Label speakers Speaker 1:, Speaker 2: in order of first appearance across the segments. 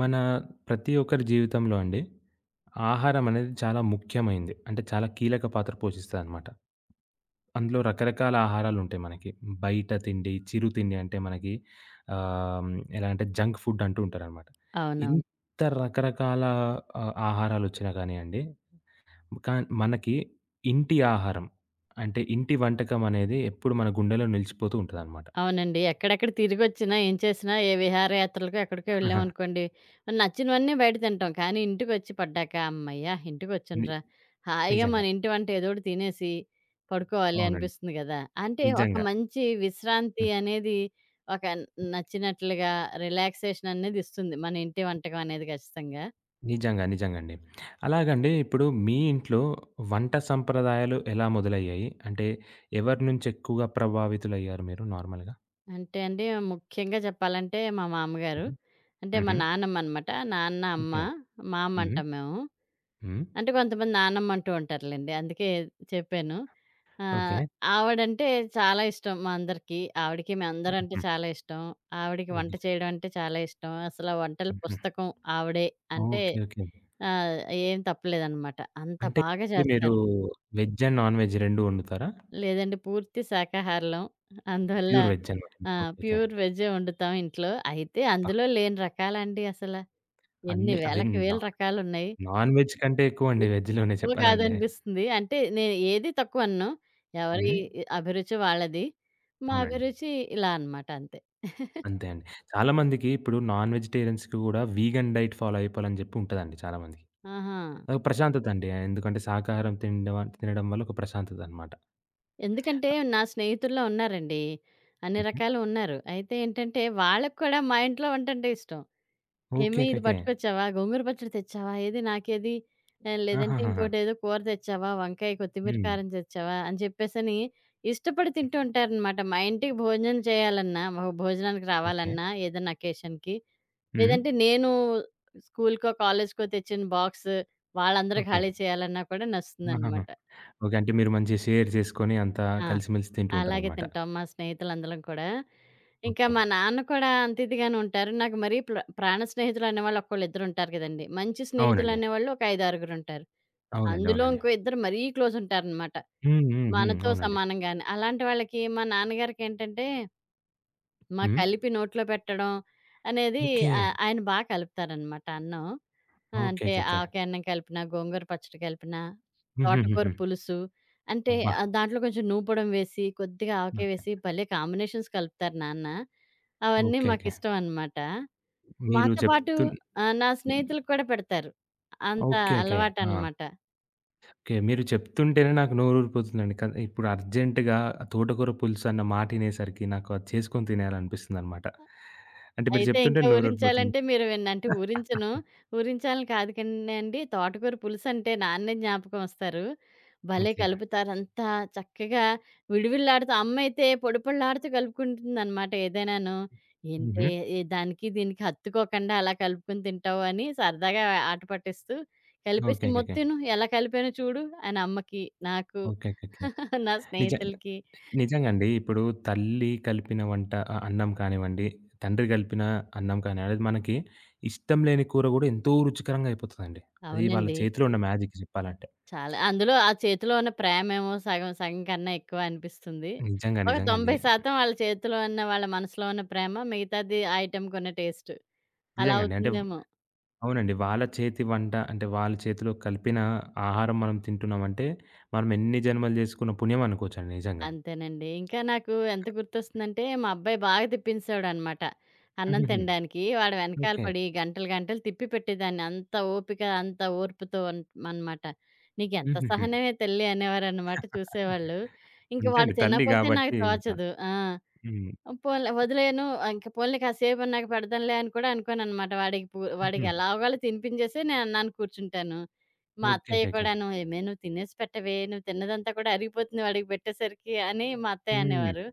Speaker 1: మన ప్రతి ఒక్కరి జీవితంలో అండి ఆహారం అనేది చాలా ముఖ్యమైంది. అంటే చాలా కీలక పాత్ర పోషిస్తదనమాట. అందులో రకరకాల ఆహారాలుంటాయి మనకి. బయట తిండి, చిరు తిండి అంటే మనకి ఆహ్, ఎలా అంటే జంక్ ఫుడ్ అంటూ ఉంటారనమాట.
Speaker 2: అవునవును.
Speaker 1: ఇంత రకరకాల ఆహారాలొచ్చినా కానియండి, కాన్ మనకి ఇంటి ఆహారం అంటే ఇంటి వంటకం అనేది ఎప్పుడు మన గుండెలో నిలిచిపోతూ ఉంటదనమాట.
Speaker 2: అవునండి. ఎక్కడెక్కడ తిరిగొచ్చినా, ఏం చేసినా, ఏ విహారయాత్రలకో ఎక్కడికో వెళ్ళామనుకోండి, మరి నచ్చినవన్నీ బయట తింటాం. కానీ ఇంటికొచ్చి పడ్డాక హమ్మయ్య!
Speaker 1: ని
Speaker 2: ఇంటికొచ్చానురా, హాయిగా మన
Speaker 1: నిజంగా.
Speaker 2: ఇంటి వంట ఏదోకటి తినేసి పడుకోవాలి
Speaker 1: అవునండి.
Speaker 2: అనిపిస్తుంది గదా! అంటే ఒక
Speaker 1: నిజంగా.
Speaker 2: మంచి విశ్రాంతి అనేది ఒక నచ్చినట్లుగా రిలాక్సేషన్ అనేది ఇస్తుంది. మన ఇంటి వంటకం అనేది ఖచ్చితంగా.
Speaker 1: నిజంగా. నిజంగండి. అలాగండి ఇప్పుడు మీ ఇంట్లో వంట సంప్రదాయాలు ఎలా మొదలయ్యాయి? అంటే ఎవరి నుంచి ఎక్కువగా ప్రభావితులయ్యారు మీరు నార్మల్‌గా?
Speaker 2: అంటే అండి ముఖ్యంగా చెప్పాలంటే మా మామగారు,
Speaker 1: హుహు.
Speaker 2: అంటే మా
Speaker 1: హుహు.
Speaker 2: నాన్నమ్మ అనమాట. నాన్న, అమ్మ,
Speaker 1: ఓకే.
Speaker 2: మా అమ్మ
Speaker 1: హ్మ్.
Speaker 2: అంటాం మేము.
Speaker 1: హ్మ్.
Speaker 2: అంటే కొంతమంది నానమ్మ అంటూ ఉంటారులెండి. అందుకే చెప్పాను.
Speaker 1: ఓకే.
Speaker 2: ఆహ్, ఆవిడంటే చాలా ఇష్టం మా అందరికీ. ఆవిడకి మేమందరంటే
Speaker 1: హుహు.
Speaker 2: చాలా ఇష్టం. ఆవిడకి వంట
Speaker 1: ఓకే.
Speaker 2: చేయడం అంటే చాలా ఇష్టం. అసల వంటల
Speaker 1: హుహు.
Speaker 2: పుస్తకం ఆవిడే. అంటే
Speaker 1: ఓకే. ఓకే.
Speaker 2: ఆహ్, ఏం తప్పులేదనమాట. అంత
Speaker 1: అంటే
Speaker 2: బాగా
Speaker 1: ఇది మీరు
Speaker 2: చేస్తారు.
Speaker 1: వెజ్ అండ్ నాన్ వెజ్ 2 వండుతారా?
Speaker 2: లేదండి పూర్తి శాకాహారులం. అందువల్ల
Speaker 1: ప్యూర్ వెజ్ అనమాట
Speaker 2: ఆ!
Speaker 1: మీకు. ఓకే. ఓకే.
Speaker 2: ప్యూర్ వెజ్జే వండుతాం ఇంట్లో. అయితే
Speaker 1: అబ్బా!
Speaker 2: అందులో లేని రకాలండి అసల. ఎన్ని
Speaker 1: అన్ని అవి
Speaker 2: వేలకి
Speaker 1: నా
Speaker 2: వేల రకాలున్నాయి.
Speaker 1: నాన్ వెజ్ కంటే
Speaker 2: ఏది
Speaker 1: ఎక్కువండి వెజ్‌లోనే
Speaker 2: తక్కువ
Speaker 1: చెప్పాలంటే.
Speaker 2: కాదనిపిస్తుంది. అంటే నేను ఏది తక్కువనను. ఎవరి
Speaker 1: హ్మ్.
Speaker 2: అభిరుచి వాళ్ళది. మా
Speaker 1: అవునండి.
Speaker 2: అభిరుచి ఇలా అనమాట అంతే.
Speaker 1: అంతే అండి. చాలామందికి ఇప్పుడు నాన్ వెజిటేరియన్స్‌కి గూడా వీగన్ డైట్ ఫాలో అయిపోవాలని జెప్పి ఉంటదండి చాలామందికి.
Speaker 2: ఆహా!
Speaker 1: అదొక ప్రశాంతత అండి. ఎందుకంటే శాకాహారం తినడం తినడం వల్ల ఒక ప్రశాంతత అనమాట.
Speaker 2: ఎందుకంటే నా స్నేహితుల్లో ఉన్నారండి. అన్ని
Speaker 1: హుహు.
Speaker 2: రకాలు ఉన్నారు. అయితే ఏంటంటే వాళ్ళకి కూడా మా ఇంట్లో వంటంటే ఇష్టం.
Speaker 1: ఓకే.
Speaker 2: "ఏమి ఇది
Speaker 1: ఓకేకే.
Speaker 2: పట్టుకొచ్చావా? గోంగూర పచ్చడి తెచ్చావా? ఏది నాకేది? లేదంటే
Speaker 1: ఆహాహాహా!
Speaker 2: ఇంకోటేదో కూర తెచ్చావా? వంకాయ, కొత్తిమీర
Speaker 1: హ్మ్.
Speaker 2: కారం తెచ్చావా?" అని చెప్పేసని ఇష్టపడి తింటూ ఉంటారనమాట. మా ఇంటికి భోజనం చేయాలన్నా, మా భోజనానికి
Speaker 1: ఓకే.
Speaker 2: రావాలన్నా ఏదైనా అకేషన్‌కి
Speaker 1: హ్మ్.
Speaker 2: లేదంటే నేను స్కూలుకో, కాలేజుకో తెచ్చిన బాక్స్ వాళ్ళందరూ
Speaker 1: ఓకే.
Speaker 2: ఖాళీ చేయాలన్నా కూడా
Speaker 1: ఆహాహా!
Speaker 2: నచ్చుతుందనమాట.
Speaker 1: ఓకే. అంటే మీరు మంచిగా షేర్ జేసుకొని అంతా
Speaker 2: ఆ!
Speaker 1: కలిసిమెలిసి తింటూ
Speaker 2: అలాగే
Speaker 1: ఉంటారనమాట.
Speaker 2: తింటాం మా స్నేహితులందరం కూడా. ఇంకా
Speaker 1: ఓకే.
Speaker 2: మా నాన్న కూడా అంత ఇదిగానే ఉంటారు. నాకు మరీ ప్రాణ స్నేహితులనేవాళ్ళు ఒక్కళ్ళిద్దరుంటారు కదండీ. మంచి
Speaker 1: అవునండి.
Speaker 2: స్నేహితులనేవాళ్ళు ఒక 5, 6గురుంటారు.
Speaker 1: అవునండి.
Speaker 2: అందులో
Speaker 1: అవునండి.
Speaker 2: ఇంకో ఇద్దరు మరీ క్లోజుంటారనమాట.
Speaker 1: హ్మ్. హ్మ్. హ్మ్.
Speaker 2: మనతో
Speaker 1: అవునండి.
Speaker 2: సమానంగానే. అలాంటి వాళ్ళకి మా నాన్నగారికేంటంటే మా
Speaker 1: హ్మ్.
Speaker 2: కలిపి నోట్లో పెట్టడం అనేది
Speaker 1: ఓకే.
Speaker 2: ఆయన బా కలుపుతారనమాట అన్నం. ఆ! అంటే
Speaker 1: ఓకేకేకే.
Speaker 2: ఆవకాయ అన్నం కలిపినా, గోంగూర పచ్చడి కలిపినా, తోటకూర
Speaker 1: హుహుహుహు.
Speaker 2: పులుసు అంటే
Speaker 1: అబ్బా!
Speaker 2: దాంట్లో కొంచెం నూపొడం వేసి, కొద్దిగా ఆవకాయ
Speaker 1: ఓకే.
Speaker 2: వేసి భలే కాంబినేషన్స్ కలుపుతారు నాన్న. అవన్నీ
Speaker 1: ఓకేకే.
Speaker 2: మాకిష్టం అనమాట.
Speaker 1: మీరు
Speaker 2: మాతో పాటు
Speaker 1: చెప్తున్
Speaker 2: ఆ! నా స్నేహితులకు కూడా పెడతారు. అంత
Speaker 1: ఓకే. ఓకే. ఆ!
Speaker 2: అలవాటనమాట.
Speaker 1: ఓకే. మీరు చెప్తుంటేనే నాకు నోరూరిపోతుందండి. ఇప్పుడు అర్జెంట్‌గా తోటకూర పులుసు అన్న మాటినేసరికి నాకు అది చేసుకొని తినేయాలనిపిస్తుందనమాట. అంటే మీరు
Speaker 2: అయితే
Speaker 1: చెప్తుంటే
Speaker 2: ఇంకా
Speaker 1: నోరూరిపోతుంది.
Speaker 2: ఊరించాలంటే మీరు విన్ అంటే ఊరించను. ఊరించాలని కాదు కానండి, తోటకూర పులుసంటే నాన్నే జ్ఞాపకమొస్తారు. భలే
Speaker 1: ఓకే.
Speaker 2: కలుపుతారంతా చక్కగా విడివిడలాడుతూ అమ్మయితే పొడి పొడిలాడుతూ కలుపుకుంటుందనమాట ఏదైనాను. ఏంటే
Speaker 1: హుహు.
Speaker 2: ఏ దానికి దీనికి హత్తుకోకుండా అలా కలుపుకొని తింటావు అని సరదాగా ఆట పట్టిస్తూ,
Speaker 1: ఓకే.
Speaker 2: కలిపేసి "మొత్తం
Speaker 1: ఓకేకే.
Speaker 2: తిను ఎలా కలిపానో చూడు" అని అమ్మకి, నాకు,
Speaker 1: ఓకే. ఓకేకే.
Speaker 2: నా
Speaker 1: నిజ
Speaker 2: స్నేహితులకి.
Speaker 1: నిజంగండి. ఇప్పుడు తల్లి కలిపిన వంట అన్నం కానివ్వండి, తండ్రి కలిపిన అన్నం కానివ్వండి, అది మనకి ఇష్టం లేని కూర గూడా ఎంతో రుచికరంగా అయిపోతదండి. అది వాళ్ళ
Speaker 2: అవునండి.
Speaker 1: చేతిలో ఉన్న మ్యాజిక్ చెప్పాలంటే.
Speaker 2: చాలా. అందులో ఆ చేతిలో ఉన్న ప్రేమేమో సగం సగం కన్నా ఎక్కువ అనిపిస్తుంది.
Speaker 1: నిజంగా.
Speaker 2: ఒక
Speaker 1: నిజంగా అండి.
Speaker 2: 90% వాళ్ళ చేతిలో ఉన్న, వాళ్ళ మనసులో ఉన్న ప్రేమ, మిగతాది ఆ ఐటెమ్ కొన్న టేస్ట్. అలా
Speaker 1: నిజంగండి.
Speaker 2: అవుతుందేమో.
Speaker 1: అవునండి. వాళ్ళ చేతి వంట అంటే వాళ్ళ చేతిలో కలిపిన ఆహారం మనం తింటున్నామంటే, మనం ఎన్ని జన్మలు జేసుకున్న పుణ్యం అనుకోవచ్చండి నిజంగా.
Speaker 2: అంతేనండి. ఇంకా నాకు ఎంత గుర్తొస్తుందంటే, మా అబ్బాయి బాగా తిప్పించేవాడనమాట. అన్నం
Speaker 1: హుహుహు.
Speaker 2: తినడానికి. వాడి వెనకాల
Speaker 1: ఓకే.
Speaker 2: పడి గంటలు, గంటలు తిప్పి పెట్టేదాన్ని. అంత ఓపిక, అంత ఓర్పుతో అనమాట. "నీకెంత
Speaker 1: హుహుహు.
Speaker 2: సహనమే తల్లి" అనేవారనమాట చూసేవాళ్ళు. ఇంక
Speaker 1: అంతే
Speaker 2: వాడు
Speaker 1: అండి. తల్లి
Speaker 2: తినకపోతే నాకు
Speaker 1: గాబట్టి ఇంక.
Speaker 2: తోచదు. ఆ!
Speaker 1: హ్మ్.
Speaker 2: పోన్లే వదిలేయను. ఇంక పోన్లే కాసేపన్నాక పెడదాంలే అని కూడా అనుకోననమాట.
Speaker 1: హుహు.
Speaker 2: వాడికి ఎలాగోలా తినిపించేసి నేనన్నాను కూర్చుంటాను. మా
Speaker 1: ఓకే.
Speaker 2: అత్తయ్య
Speaker 1: ఓకేకే.
Speaker 2: కూడాను, "ఏమే నువ్వు తినేసి పెట్టవే, నువ్వు తిన్నదంతా కూడా అరిగిపోతుంది వాడికి పెట్టేసరికి" అని మా అత్తయ్య
Speaker 1: హ్మ్.
Speaker 2: అనేవారు.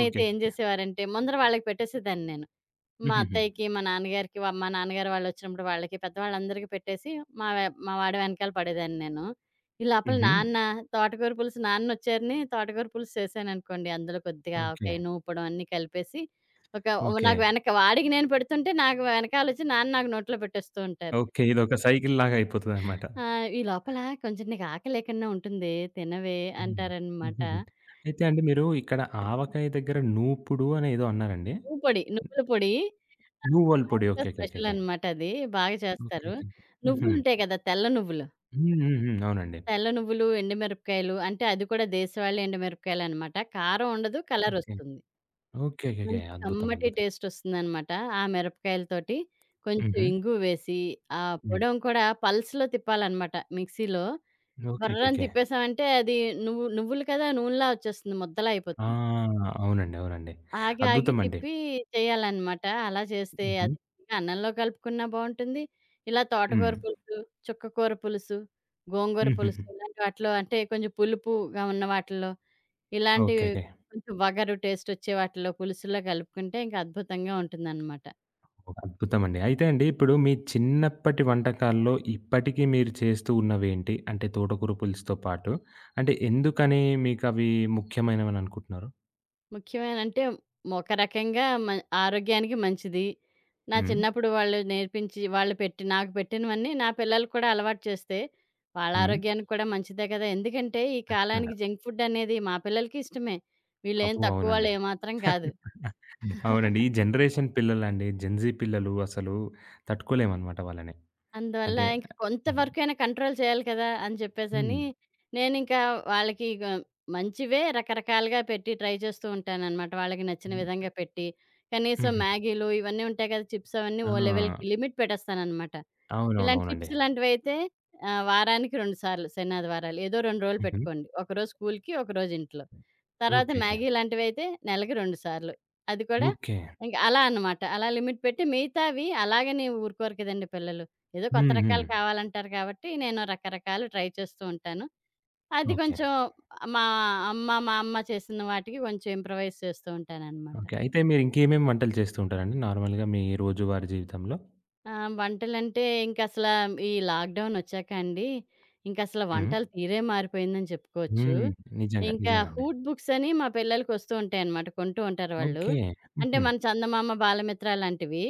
Speaker 1: ఓకే.
Speaker 2: ఏం
Speaker 1: ఓకేకే.
Speaker 2: జేసేవారంటే ముందర వాళ్ళకి పెట్టేసేదాన్ని నేను. మా
Speaker 1: హుహుహు.
Speaker 2: అత్తయ్యకి, మా నాన్నగారికి, మా నాన్నగారు వాళ్ళొచ్చినప్పుడు వాళ్ళకి, పెద్దవాళ్ళందరికీ పెట్టేసి మా వాడి వెనకాల పడేదాన్ని నేను. ఈ లోపల
Speaker 1: హుహు.
Speaker 2: నాన్నొచ్చారని తోటకూర పులుసు చేశాననుకోండి. అందులో కొద్దిగా
Speaker 1: ఓకే.
Speaker 2: ఆవకాయ, నూపడం అన్నీ కలిపేసి ఒక
Speaker 1: ఓకే.
Speaker 2: నాకు వెనక వాడికి నేను పెడుతుంటే నాకు వెనకాలొచ్చి నాన్న నాకు నోట్లో పెట్టేస్తూ ఉంటారు.
Speaker 1: ఓకే. ఇదొక సైకిల్‌లాగా అయిపోతదనమాట.
Speaker 2: ఆ! "ఈ లోపల కొంచెం నీకు ఆకలేకన్నా ఉంటుంది తినవే"
Speaker 1: హ్మ్.
Speaker 2: అంటారనమాట.
Speaker 1: హుహుహు. అయితే అండి మీరు ఇక్కడ ఆవకాయ దగ్గర నూపుడు అని ఏదో అన్నారండి?
Speaker 2: నువ్వుల పొడి ఆహ్,
Speaker 1: నూవల
Speaker 2: మా
Speaker 1: పొడి.
Speaker 2: ఇంట్లో
Speaker 1: ఓకే. ఓకే. ఓకేకే.
Speaker 2: స్పెషలనమాట అది. బాగా చేస్తారు.
Speaker 1: ఓకేకే. హుహు.
Speaker 2: నువ్వులుంటాయి కదా! తెల్ల నువ్వులు.
Speaker 1: హ్మ్. హ్మ్. హ్మ్. అవునండి.
Speaker 2: తెల్ల నువ్వులు, ఎండు మిరపకాయలు అంటే అది కూడా దేశవాళీ ఎండు మిరపకాయలనమాట. కారం ఉండదు,
Speaker 1: ఓకే.
Speaker 2: కలరొస్తుంది.
Speaker 1: ఓకే. ఓకేకే.
Speaker 2: మంచి
Speaker 1: అద్భుతం.
Speaker 2: కమ్మటి
Speaker 1: అద్భుతం.
Speaker 2: టేస్టొస్తుందనమాట. ఆ మిరపకాయలతోటి కొంచెం
Speaker 1: హుహు.
Speaker 2: ఇంగు వేసి, ఆ
Speaker 1: హ్మ్.
Speaker 2: పొడం కూడా పల్స్‌లో తిప్పాలనమాట మిక్సీలో.
Speaker 1: ఓకే.
Speaker 2: బర్రని
Speaker 1: ఓకేకే.
Speaker 2: తిప్పేసామంటే అది నువ్వులు కదా! నూనెలా వచ్చేస్తుంది. ముద్దలా
Speaker 1: ఆ!
Speaker 2: అయిపోతుంది.
Speaker 1: అవునండి. అవునండి.
Speaker 2: ఆగి, ఆగి
Speaker 1: అద్భుతం అండి.
Speaker 2: తిప్పి చేయాలనమాట. అలా చేస్తే
Speaker 1: హుహు.
Speaker 2: అది అన్నంలో కలుపుకున్నా బావుంటుంది. ఇలా తోటకూర
Speaker 1: హ్మ్.
Speaker 2: పులుసు, చుక్కకూర పులుసు, గోంగూర పులుసు
Speaker 1: హుహుహు.
Speaker 2: ఇలాంటి వాటిలో అంటే కొంచెం పులుపుగా ఉన్న వాటిల్లో, ఇలాంటివి
Speaker 1: ఓకేకే.
Speaker 2: కొంచెం వగరు టేస్టొచ్చే వాటిలో పులుసుల్లో కలుపుకుంటే ఇంకా అద్భుతంగా ఉంటుందనమాట.
Speaker 1: అద్భుతం అండి. అయితే అండి ఇప్పుడు మీ చిన్నప్పటి వంటకాల్లో ఇప్పటికి మీరు చేస్తూ ఉన్నవేంటి? అంటే తోటకూర పులుసుతో పాటు అంటే ఎందుకని మీకవి ముఖ్యమైనవని అనుకుంటున్నారు?
Speaker 2: ముఖ్యమైన అంటే ఒక రకంగా ఆరోగ్యానికి మంచిది. నా
Speaker 1: హ్మ్.
Speaker 2: చిన్నప్పుడు వాళ్ళు నేర్పించి, వాళ్ళు పెట్టి నాకు పెట్టినవన్నీ నా పిల్లలకి కూడా అలవాటు చేస్తే, వాళ్ళ
Speaker 1: హ్మ్.
Speaker 2: ఆరోగ్యానికి కూడా మంచిదే కదా! ఎందుకంటే ఈ
Speaker 1: ఖచ్చితంగా.
Speaker 2: కాలానికి జంక్ ఫుడ్ అనేది మా పిల్లలకి ఇష్టమే. వీళ్ళేం
Speaker 1: అబ్బో!
Speaker 2: తక్కువ
Speaker 1: అవునండి.
Speaker 2: వాళ్ళు ఏమాత్రం కాదు.
Speaker 1: అవునండి. ఈ జనరేషన్ పిల్లలండి. జెన్‌జీ పిల్లలు అసలు తట్టుకోలేమనమాట వాళ్ళని.
Speaker 2: అందువల్ల
Speaker 1: అంటే
Speaker 2: ఇంక కొంత
Speaker 1: హ్మ్.
Speaker 2: వరకైనా కంట్రోల్ చేయాలి కదా! అని చెప్పేసని,
Speaker 1: హ్మ్.
Speaker 2: నేనింకా వాళ్ళకి ఇగ మంచివే రకరకాలుగా పెట్టి ట్రై చేస్తూ ఉంటాననమాట. వాళ్ళకి నచ్చిన
Speaker 1: హ్మ్.
Speaker 2: విధంగా పెట్టి, కనీసం
Speaker 1: హుహు.
Speaker 2: మ్యాగీలు ఇవన్నీ ఉంటాయి కదా! చిప్స్ అవన్నీ
Speaker 1: ఆ!
Speaker 2: ఓ లెవెల్‌కి లిమిట్ పెట్టేస్తాననమాట. ఇలాంటి
Speaker 1: అవునవునవునండి.
Speaker 2: చిప్స్ ఇలాంటివైతే వారానికి 2 సార్లు శనాదివారాలు. ఏదో 2 రోజులు
Speaker 1: హుహు.
Speaker 2: పెట్టుకోండి. ఒకరోజు స్కూల్‌కి, ఒకరోజు ఇంట్లో. తర్వాత
Speaker 1: ఓకేకే. ఓకే.
Speaker 2: మ్యాగీ లాంటివైతే నెలకి 2 సార్లు. అది కూడా
Speaker 1: ఓకే.
Speaker 2: ఇంక అలా అన్నమాట. అలా లిమిట్ పెట్టి మిగతావి అలాగని ఊరుకోరు కదండీ పిల్లలు. ఏదో కొత్త
Speaker 1: హ్మ్. హ్మ్.
Speaker 2: రకాలు కావాలంటారు కాబట్టి నేను రకరకాలు ట్రై చేస్తూ ఉంటాను. అది
Speaker 1: ఓకే.
Speaker 2: కొంచెం మా మా అమ్మ చేసిన వాటికి కొంచెం ఇంప్రవైజ్ చేస్తూ ఉంటాననమాట.
Speaker 1: ఓకే. అయితే మీరు ఇంకేమేమి వంటలు చేస్తూ ఉంటారండి నార్మల్‌గా మీ రోజువారీ జీవితంలో?
Speaker 2: ఆ! వంటలంటే ఇంకసల ఈ లాక్‌డౌన్ ఒచ్చాక అండి, ఇంకసల
Speaker 1: హ్మ్.
Speaker 2: వంటల తీరే మారిపోయిందని చెప్పుకోవచ్చు.
Speaker 1: హ్మ్. నిజంగా.
Speaker 2: ఇంకా
Speaker 1: నిజంగా అండి.
Speaker 2: హూట్ బుక్స్ అని మా పిల్లలకొస్తూ ఉంటాయనమాట. కొంటూ ఉంటారు వాళ్ళు.
Speaker 1: ఓకే.
Speaker 2: అంటే
Speaker 1: హుహు.
Speaker 2: మన చందమామ, బాలమిత్ర లాంటివి.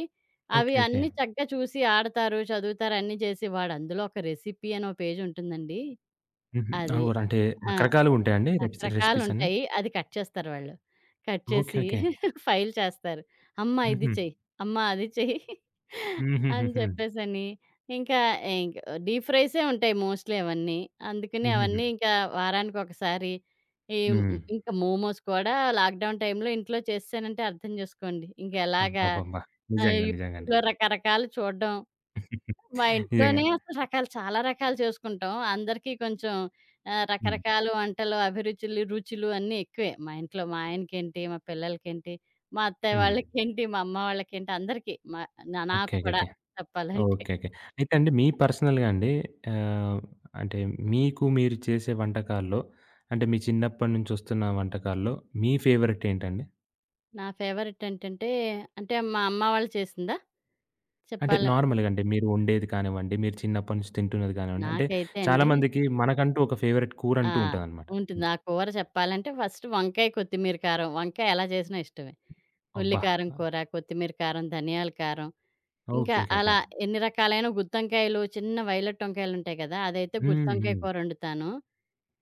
Speaker 2: అవి
Speaker 1: ఓకే. ఓకే.
Speaker 2: అన్నీ చక్కగా చూసి ఆడతారు, చదువుతారు అన్నీ చేసి వాడందులో ఒక రెసిపీ అని ఓ పేజుంటుందండి.
Speaker 1: హుహు.
Speaker 2: అది.
Speaker 1: అవును. అంటే
Speaker 2: ఆ!
Speaker 1: రకరకాలుగా ఉంటాయండి రెసిపీస్ అన్నీ?
Speaker 2: రకరకాలుంటాయి. అది కట్ చేస్తారు వాళ్ళు. Cut
Speaker 1: okay.
Speaker 2: చేసి
Speaker 1: ఓకే.
Speaker 2: ఫైల్ చేస్తారు. అమ్మ ఇది
Speaker 1: హుహు.
Speaker 2: చెయ్యి, అమ్మ అది చెయ్యి అని
Speaker 1: హుహుహుహు.
Speaker 2: చెప్పేసని. ఇంకా ఇంక డీప్ ఫ్రైసే ఉంటాయి మోస్ట్‌లీ అవన్నీ. అందుకని
Speaker 1: హుహుహు.
Speaker 2: అవన్నీ ఇంకా వారానికొకసారి ఈ
Speaker 1: హ్మ్.
Speaker 2: మ్- ఇంకా మోమోస్ కూడా లాక్‌డౌన్ టైమ్‌లో ఇంట్లో చేసేసానంటే అర్థం చేసుకోండి. ఇంకెలాగా
Speaker 1: అబ్బబ్బబ్బా!
Speaker 2: ఆ
Speaker 1: నిజంగా. నిజంగండి.
Speaker 2: యూట్యూబ్‌లో రకరకాలు చూడడం. మా
Speaker 1: నిజంగా.
Speaker 2: ఇంట్లోనే అసలు రకాలు చాలా రకాలు చేసుకుంటాం. అందరికీ కొంచెం
Speaker 1: హ్మ్.
Speaker 2: రకరకాల వంటలు, అభిరుచులు, రుచులు అన్నీ ఎక్కువే. మా ఇంట్లో మా ఆయనకేంటి, మా పిల్లలకేంటి, మా అత్తయ్య
Speaker 1: హ్మ్.
Speaker 2: వాళ్ళకేంటి, మా అమ్మ వాళ్ళకేంటి అందరికీ. మా నాకు
Speaker 1: ఓకే. ఓకే.
Speaker 2: కూడా
Speaker 1: ఓకే.
Speaker 2: చెప్పాలంటే.
Speaker 1: ఓకే. ఓకే. అయితే అండి మీ పర్సనల్‌గా అండి ఆహ్, అంటే మీకు మీరు చేసే వంటకాల్లో అంటే మీ చిన్నప్పటి నుంచి వస్తున్న వంటకాల్లో మీ ఫేవరెట్ ఏంటండి?
Speaker 2: నా ఫేవరెట్ ఏంటంటే అంటే మా అమ్మ వాళ్ళు చేసిందా?
Speaker 1: అంటే
Speaker 2: చెప్పాల
Speaker 1: నార్మల్‌గా అంటే మీరు వండేది కానివ్వండి, మీరు చిన్నప్పటి నుంచి తింటున్నది కానివ్వండి, అంటే
Speaker 2: నాకైతే అండి
Speaker 1: చాలామందికి మనకంటూ ఒక ఫేవరెట్ కూర
Speaker 2: ఆ!
Speaker 1: అంటూ ఉంటదనమాట.
Speaker 2: ఉంటుంది.
Speaker 1: హ్మ్.
Speaker 2: ఆ కూర చెప్పాలంటే ఫస్ట్ వంకాయ, కొత్తిమీర కారం. వంకాయ ఎలా చేసినా ఇష్టమే. ఉల్లి
Speaker 1: అబ్బా!
Speaker 2: కారం కూర, కొత్తిమీర కారం, ధనియాల కారం. ఇంకా
Speaker 1: ఓకే. ఓకే. ఓకే.
Speaker 2: అలా ఎన్ని రకాలైన గుత్తొంకాయలు, చిన్న వైలెట్ వంకాయలుంటాయి కదా! అదైతే
Speaker 1: హ్మ్.
Speaker 2: గుత్తొంకాయ
Speaker 1: హ్మ్.
Speaker 2: కూరొండుతాను.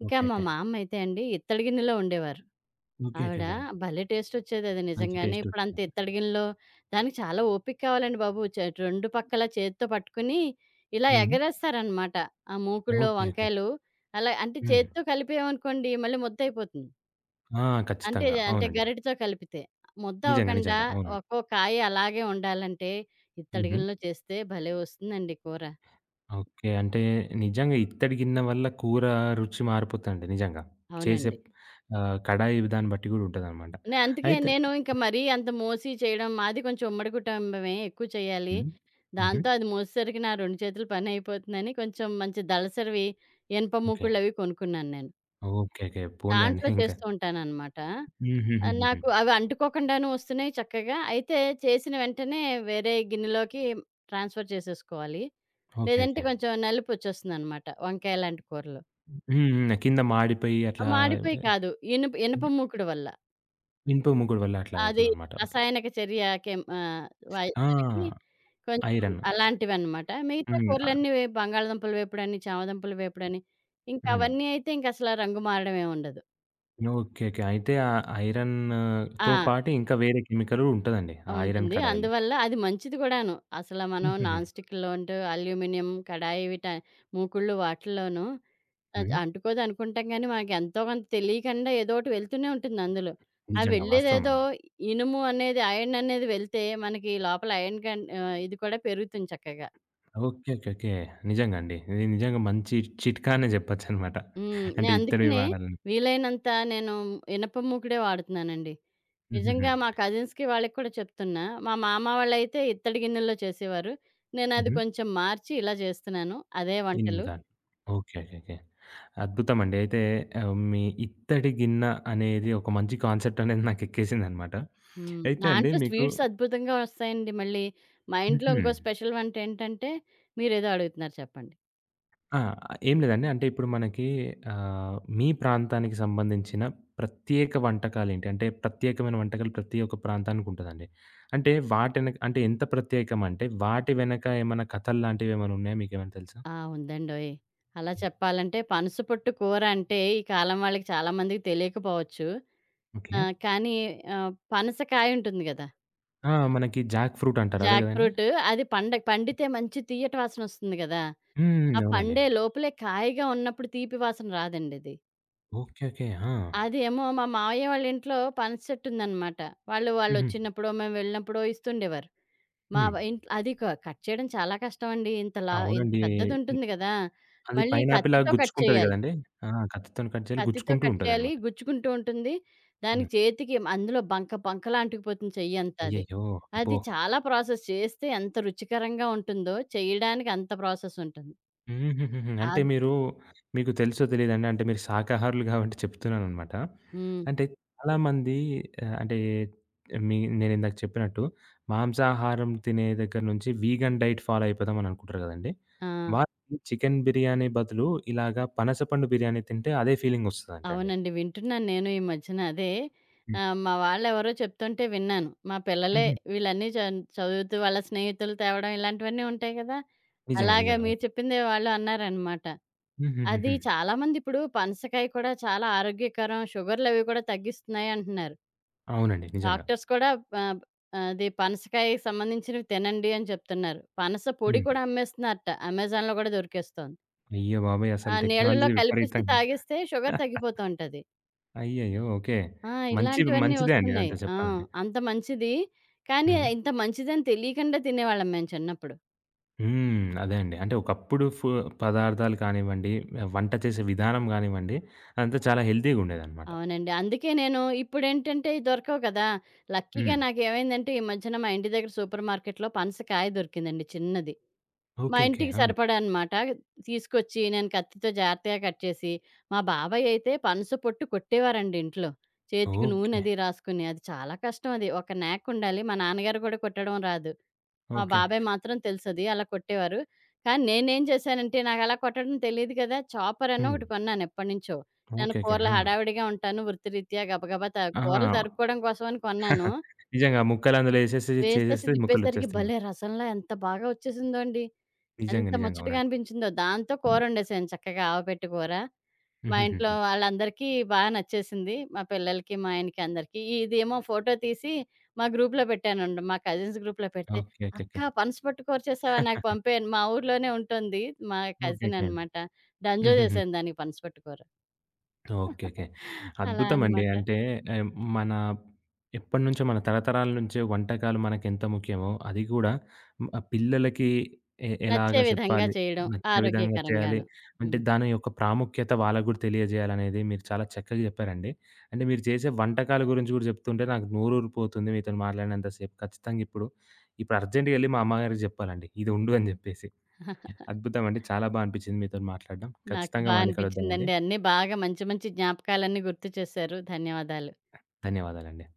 Speaker 2: ఇంకా
Speaker 1: ఓకే.
Speaker 2: మా
Speaker 1: ఓకే.
Speaker 2: మామ్మయితే అండి ఇత్తడి గిన్నెలో వండేవారు.
Speaker 1: ఓకే. ఓకే.
Speaker 2: ఆవిడ
Speaker 1: ఓకే.
Speaker 2: భలే టేస్టొచ్చేదది
Speaker 1: మంచి
Speaker 2: నిజంగానే.
Speaker 1: టేస్ట్
Speaker 2: ఇప్పుడంత
Speaker 1: వచ్చేది.
Speaker 2: ఇత్తడి గిన్నెలో దానికి చాలా ఓపిక కావాలండి బాబు. రెండు పక్కల చేత్తో పట్టుకుని ఇలా
Speaker 1: హ్మ్.
Speaker 2: ఎగరేస్తారనమాట. ఆ మూకుడులో
Speaker 1: ఓకే. ఓకే.
Speaker 2: వంకాయలు అలా అంటే
Speaker 1: హ్మ్.
Speaker 2: చేత్తో కలిపామనుకోండి మళ్ళీ ముద్దయిపోతుంది.
Speaker 1: ఆ!
Speaker 2: అంటే,
Speaker 1: ఖచ్చితంగా.
Speaker 2: అంటే
Speaker 1: అవునండి.
Speaker 2: గరిటెతో కలిపితే. ముద్ద
Speaker 1: నిజంగా.
Speaker 2: అవ్వకుండా
Speaker 1: నిజంగా. అవును.
Speaker 2: ఒక్కో కాయ అలాగే ఉండాలంటే,
Speaker 1: హుహు.
Speaker 2: ఇత్తడిగిలిలో చేస్తే భలే వస్తుందండి కూర.
Speaker 1: ఓకే. అంటే నిజంగా ఇత్తడి గిన్నె వల్ల కూర రుచి మారిపోతుందండి నిజంగా. చేసే
Speaker 2: అవునండి.
Speaker 1: కడాయి దాన్ని బట్టి గూడా ఉంటదనమాట.
Speaker 2: అందుకే
Speaker 1: అయితే
Speaker 2: నేను ఇంక మరీ అంత మోసి చేయడం మాది కొంచెం ఉమ్మడి కుటుంబమే ఎక్కువ చేయాలి.
Speaker 1: హ్మ్. హుహు.
Speaker 2: దాంతో అది మోసేసరికి నా 2 చేతుల పనయిపోతుందని కొంచెం మంచి దళసరివి ఇనప
Speaker 1: ఓకే.
Speaker 2: మూకుడులవి కొనుక్కున్నాను నేను.
Speaker 1: ఓకే. ఓకే. పోనీలెండి
Speaker 2: దాంట్లో
Speaker 1: ఇంకా.
Speaker 2: చేస్తూ ఉంటాననమాట.
Speaker 1: హుహుహుహుహు.
Speaker 2: నాకు అవి అంటుకోకుండాను వస్తున్నాయి చక్కగా. అయితే చేసిన వెంటనే వేరే గిన్నెలోకి ట్రాన్స్‌ఫర్ చేసేసుకోవాలి.
Speaker 1: ఓకే.
Speaker 2: లేదంటే
Speaker 1: ఓకే.
Speaker 2: కొంచెం నలుపొచ్చేస్తుందనమాట వంకాయ లాంటి కూరలో.
Speaker 1: హ్మ్. హ్మ్. కింద మాడిపోయి అట్లా
Speaker 2: మాడిపోయి కాదు. ఇనుప ఇనుప మూకుడు వల్ల.
Speaker 1: ఇనుప ముగుడు వల్ల అట్లా
Speaker 2: అది
Speaker 1: అవుతదనమాట. ఓకే.
Speaker 2: రసాయనిక చర్య కెం ఆహ్, వై
Speaker 1: ఆ!
Speaker 2: జరిగి కొంచెం
Speaker 1: ఐరన్.
Speaker 2: అలాంటివనమాట. మిగతా
Speaker 1: హ్మ్. ఆ!
Speaker 2: కూరలన్నీ బంగాళదుంపల వేపుడని, చామదుంపల వేపుడని, ఇంకా
Speaker 1: హ్మ్.
Speaker 2: అవన్నీ అయితే ఇంకసల రంగు మారడమేముండదు.
Speaker 1: ఓకే. ఓకే. అయితే ఆ ఐరన్‌తో
Speaker 2: ఆ!
Speaker 1: పాటు ఇంకా వేరే కెమికల్ గూడా ఉంటదండి. ఆ ఐరన్
Speaker 2: ఉంటుంది.
Speaker 1: కడాయిలో.
Speaker 2: అందువల్ల అది మంచిది గూడాను. అసల మనం
Speaker 1: హుహుహు.
Speaker 2: నాన్ స్టిక్‌లోంటు అల్యూమినియం కడాయి వీట మూకుడ్లు వాటిల్లోనూ
Speaker 1: హ్మ్.
Speaker 2: అంటుకోదనుకుంటాం గానీ, మనకెంతో కొంత తెలియకుండా ఏదోకటి వెళ్తూనే ఉంటుంది అందులో. ఆ
Speaker 1: నిజంగా వాస్తవం
Speaker 2: వెళ్ళేదేదో
Speaker 1: అండి.
Speaker 2: ఇనుము అనేది, అయన్ అనేది వెళ్తే మనకి లోపల ఇది కూడా పెరుగుతుంది చక్కగా.
Speaker 1: ఓకే. ఓకే. ఓకే. నిజంగా అండి. ఇది నిజంగా మంచి చిట్కా అనే జెప్పొచ్చనమాట.
Speaker 2: హ్మ్.
Speaker 1: అంటే
Speaker 2: నేను
Speaker 1: ఇత్తడివి
Speaker 2: అందుకనే
Speaker 1: వాడాలని.
Speaker 2: వీలైనంత నేను ఇనప మూకుడే వాడుతున్నానండి.
Speaker 1: హుహుహు.
Speaker 2: నిజంగా మా కజిన్స్‌కి వాళ్ళకి కూడా చెప్తున్నా. మా మామ వాళ్ళైతే ఇత్తడి గిన్నెల్లో చేసేవారు. నేనది
Speaker 1: హుహు.
Speaker 2: కొంచెం మార్చి ఇలా చేస్తున్నాను. అదే
Speaker 1: ఇనుము
Speaker 2: వంటలు.
Speaker 1: దాని. ఓకే. ఓకే. ఓకే. అద్భుతమండి. అయితే మీ ఇత్తడి గిన్నె అనేది ఒక మంచి కాన్సెప్ట్ అనేది నాకెక్కేసిందనమాట.
Speaker 2: హ్మ్.
Speaker 1: అయితే అండి
Speaker 2: దాంట్లో
Speaker 1: మీకు
Speaker 2: స్వీట్స్ అద్భుతంగా వస్తాయండి మళ్ళీ. మా ఇంట్లో
Speaker 1: హుహు.
Speaker 2: ఇంకో స్పెషల్ వంట ఏంటంటే మీరేదో అడుగుతున్నారు చెప్పండి.
Speaker 1: ఆ! ఏం లేదండి. అంటే ఇప్పుడు మనకి మీ ప్రాంతానికి సంబంధించిన ప్రత్యేక వంటకాలేంటి? అంటే ప్రత్యేకమైన వంటకాలు ప్రతి ఒక్క ప్రాంతానికుంటదండి. అంటే వాటెనక అంటే ఎంత ప్రత్యేకం అంటే వాటి వెనక ఏమైనా కథలు లాంటివి ఏమైనా ఉన్నాయా? మీకేమైనా తెలుసా?
Speaker 2: ఆ! ఉందండోయ్! అలా
Speaker 1: హ్మ్.
Speaker 2: చెప్పాలంటే పనస పొట్టు కూర అంటే ఈ కాలం వాళ్ళకి చాలా మందికి తెలియకపోవచ్చు.
Speaker 1: ఓకే.
Speaker 2: ఆ! కానీ పనసకాయ ఉంటుంది గదా!
Speaker 1: ఆ! మనకి జాక్ ఫ్రూట్ అంటారు. అదే
Speaker 2: జాక్
Speaker 1: గదండీ!
Speaker 2: ఫ్రూట్ అది పండ పండితే మంచి తియ్యటి వాసనొస్తుంది గదా!
Speaker 1: హ్మ్.
Speaker 2: ఆ
Speaker 1: అవునండి.
Speaker 2: పండే లోపలే కాయగా ఉన్నప్పుడు తీపి వాసన రాదండది.
Speaker 1: ఓకే. ఓకే. ఆ!
Speaker 2: అదేమో మా మావయ్య వాళ్ళ ఇంట్లో పనస చెట్టుందనమాట. వాళ్ళు
Speaker 1: హుహు.
Speaker 2: వాళ్ళొచ్చినప్పుడో, మేము వెళ్ళినప్పుడో ఇస్తుండేవారు. మా
Speaker 1: హ్మ్.
Speaker 2: వ ఇంట్ అది కట్ చేయడం చాలా కష్టమండి. ఇంతలా ఇంత
Speaker 1: అవునండి. హ్మ్.
Speaker 2: పెద్దదుంటుంది గదా!
Speaker 1: అది
Speaker 2: మళ్ళీ
Speaker 1: పైనాపిల్‌లా
Speaker 2: కత్తితో కట్
Speaker 1: గుచ్చుకుంటది
Speaker 2: చేయాలి.
Speaker 1: గదండీ! ఆ! కత్తితోని కట్ చేయాలి
Speaker 2: కత్తితో
Speaker 1: గుచ్చుకుంటూ
Speaker 2: కట్ చేయాలి.
Speaker 1: ఉంటదనమాట.
Speaker 2: గుచ్చుకుంటూ ఉంటుంది.
Speaker 1: హ్మ్.
Speaker 2: దానికి చేతికి అందులో బంక బంకలా అంటుకుపోతుంది చెయ్యంతా అది.
Speaker 1: అయ్యయ్యో!
Speaker 2: అది
Speaker 1: అబ్బో!
Speaker 2: చాలా ప్రాసెస్ చేస్తే ఎంత రుచికరంగా ఉంటుందో, చేయడానికి అంత ప్రాసెస్ ఉంటుంది.
Speaker 1: హుహుహుహు. అంటే
Speaker 2: అది
Speaker 1: మీకు తెలుసో తెలీదండి. అంటే మీరు శాకాహారులు గాబట్టి చెప్తున్నాననమాట.
Speaker 2: హ్మ్.
Speaker 1: అంటే చాలామంది ఆహ్, అంటే మీ నేనిందాక చెప్పినట్టు మాంసాహారం తినే దగ్గర నుంచి వీగన్ డైట్ ఫాలో అయిపోదాం అని అనుకుంటారు గదండీ.
Speaker 2: ఆ!
Speaker 1: వాళ్ళకి చికెన్ బిర్యానీ బదులు ఇలాగా పనస పండు బిర్యానీ తింటే అదే ఫీలింగ్ ఒస్తదంటండి.
Speaker 2: అవునండి. వింటున్నాను నేను ఈ మధ్యన. అదే
Speaker 1: హుహు.
Speaker 2: మా వాళ్ళెవరో చెప్తుంటే విన్నాను. మా పిల్లలే వీళ్ళన్నీ చదువుతూ వాళ్ళ స్నేహితులు తేవడం ఇలాంటివన్నీ ఉంటాయి కదా!
Speaker 1: నిజంగా.
Speaker 2: అలాగే
Speaker 1: నిజంగా.
Speaker 2: మీరు
Speaker 1: అవును.
Speaker 2: చెప్పిందే వాళ్ళు అన్నారనమాట. అది
Speaker 1: హుహుహుహు.
Speaker 2: చాలామందిప్పుడు పనసకాయ కూడా చాలా ఆరోగ్యకరం. షుగర్‌లవి కూడా తగ్గిస్తున్నాయి అంటున్నారు.
Speaker 1: అవునండి. నిజంగా.
Speaker 2: డాక్టర్స్ కూడా ఆహ్, అది పనసకాయకి సంబంధించినవి తినండి అని చెప్తున్నారు. పనస పొడి
Speaker 1: హ్మ్.
Speaker 2: కూడా అమ్మేస్తున్నారట. అమెజాన్‌లో కూడా దొరికేస్తోంది.
Speaker 1: అయ్య బాబోయ్!
Speaker 2: ఆ
Speaker 1: అసలు
Speaker 2: నీళ్ళలో
Speaker 1: టెక్నాలజీ
Speaker 2: కలిపేసి
Speaker 1: విపరీతంగా
Speaker 2: తాగిస్తే షుగర్ తగ్గిపోతూ ఉంటది.
Speaker 1: అయ్యయ్యో! ఓకే.
Speaker 2: ఆ!
Speaker 1: మంచి
Speaker 2: ఇలాంటివన్నీ
Speaker 1: మంచిదే అండి
Speaker 2: వస్తున్నాయి.
Speaker 1: ఇదంతా
Speaker 2: ఆ!
Speaker 1: చెప్పాలంటే.
Speaker 2: అంత మంచిది. కానీ
Speaker 1: హ్మ్.
Speaker 2: ఇంత మంచిదని తెలియకుండా తినేవాళ్ళం మేము చిన్నప్పుడు.
Speaker 1: హ్మ్. అదే అండి. అంటే ఒకప్పుడు పదార్థాలు కానివ్వండి, వంట చేసే విధానం గానివ్వండి, అదంతా చాలా హెల్తీగుండేదనమాట.
Speaker 2: అవునండి. అందుకే నేను ఇప్పుడేంటంటే ఇయి దొరకవు కదా!
Speaker 1: హ్మ్.
Speaker 2: లక్కీగా నాకేమైందంటే ఈ మధ్యన మా ఇంటి దగ్గర సూపర్ మార్కెట్‌లో పనసకాయ దొరికిందండి చిన్నది. మా
Speaker 1: ఓకే. ఓకే.
Speaker 2: ఇంటికి
Speaker 1: ఆ!
Speaker 2: సరిపడా అనమాట. తీసుకొచ్చి నేను కత్తితో జాగ్రత్తగా కట్ చేసి, మా బాబాయ్ అయితే పనస పొట్టు కొట్టేవారండి ఇంట్లో. చేతికి నూనె
Speaker 1: ఓకే.
Speaker 2: అది రాసుకుని. అది చాలా కష్టం అది. ఒక నేకుండాలి. మా నాన్నగారు కూడా కొట్టడం రాదు. మా
Speaker 1: ఓకే.
Speaker 2: బాబాయ్ మాత్రం తెలుసది. అలా కొట్టేవారు. కానీ నేనేం చేశానంటే, నాకలా కొట్టడం తెలీదు కదా! చాపరనో
Speaker 1: హ్మ్.
Speaker 2: ఒకటి కొన్నాను ఎప్పటినుంచో. నేను
Speaker 1: ఓకే. ఓకే.
Speaker 2: కూరలు
Speaker 1: ఆ!
Speaker 2: హడావిడిగా ఉంటాను. వృత్తిరీత్యా గబగబా
Speaker 1: ఆ!
Speaker 2: కూరలు తరుక్కోవడం కోసమని కొన్నాను.
Speaker 1: నిజంగా ముక్కలు అందులో ఏసేసి
Speaker 2: వేసేసి
Speaker 1: చేసేస్తే
Speaker 2: తిప్పేసరికి భలే!
Speaker 1: ముక్కలొచ్చేస్తాయనమాట.
Speaker 2: రసంలా ఎంత బాగా వచ్చేసిందోండి.
Speaker 1: నిజంగా.
Speaker 2: ఎంత
Speaker 1: నిజంగా.
Speaker 2: ముచ్చటగా
Speaker 1: అవునండి.
Speaker 2: అనిపించిందో. దాంతో కూరొండేసాను చక్కగా ఆవపెట్టి కూర. మా ఇంట్లో
Speaker 1: హుహుహుహు.
Speaker 2: వాళ్ళందరికీ బాగా నచ్చేసింది. మా పిల్లలకి, మా ఆయనకి అందరికి. ఇదేమో ఫోటో తీసి మా గ్రూప్‌లో పెట్టానండి. మా కజిన్స్ గ్రూప్‌లో పెడితే,
Speaker 1: ఓకే. ఓకే.
Speaker 2: "అక్క
Speaker 1: ఓకే.
Speaker 2: పనసపొట్టు కూర చేసావా? నాకు పంపే" మా ఊర్లోనే ఉంటుంది. మా
Speaker 1: ఓకే. ఓకే.
Speaker 2: కజిన్ అనమాట. డంజో
Speaker 1: హుహుహు.
Speaker 2: చేశాను దానికి పనసపొట్టు కూర.
Speaker 1: ఓకే. ఓకే.
Speaker 2: అలా
Speaker 1: అద్భుతమండి.
Speaker 2: అనమాట.
Speaker 1: అంటే ఆహ్, మన ఎప్పటినుంచో మన తరతరాల నుంచే వంటకాలు మనకెంత ముఖ్యమో, అది కూడా పిల్లలకి
Speaker 2: నచ్చే
Speaker 1: ఎలాగా
Speaker 2: విధంగా
Speaker 1: చెప్పాలి,
Speaker 2: చేయడం
Speaker 1: నచ్చే విధంగా చేయాలి,
Speaker 2: ఆరోగ్యకరంగాను.
Speaker 1: అంటే
Speaker 2: హ్మ్.
Speaker 1: దాని యొక్క ప్రాముఖ్యత వాళ్ళకి గూడా తెలియజేయాలనేది మీరు చాలా చక్కగా చెప్పారండి. అంటే మీరు చేసే వంటకాల గురించి గూడా చెప్తుంటే నాకు నోరూరిపోతుంది మీతోని మాట్లాడినంత సేపు. ఖచ్చితంగా ఇప్పుడు, ఇప్పుడు అర్జెంట్‌గా ఎళ్లి మా అమ్మగారికి చెప్పాలండి. ఇది ఉండు అని జెప్పేసి. అద్భుతమండి. చాలా బా అనిపిచ్చింది మీతోని మాట్లాడడం.
Speaker 2: నాకు
Speaker 1: ఖచ్చితంగా
Speaker 2: బా
Speaker 1: మళ్ళీ కలుద్దామండి.
Speaker 2: అనిపించిందండి. అన్నీ బాగా మంచి మంచి జ్ఞాపకాలన్నీ గుర్తు చేశారు. ధన్యవాదాలు.
Speaker 1: ధన్యవాదాలండి.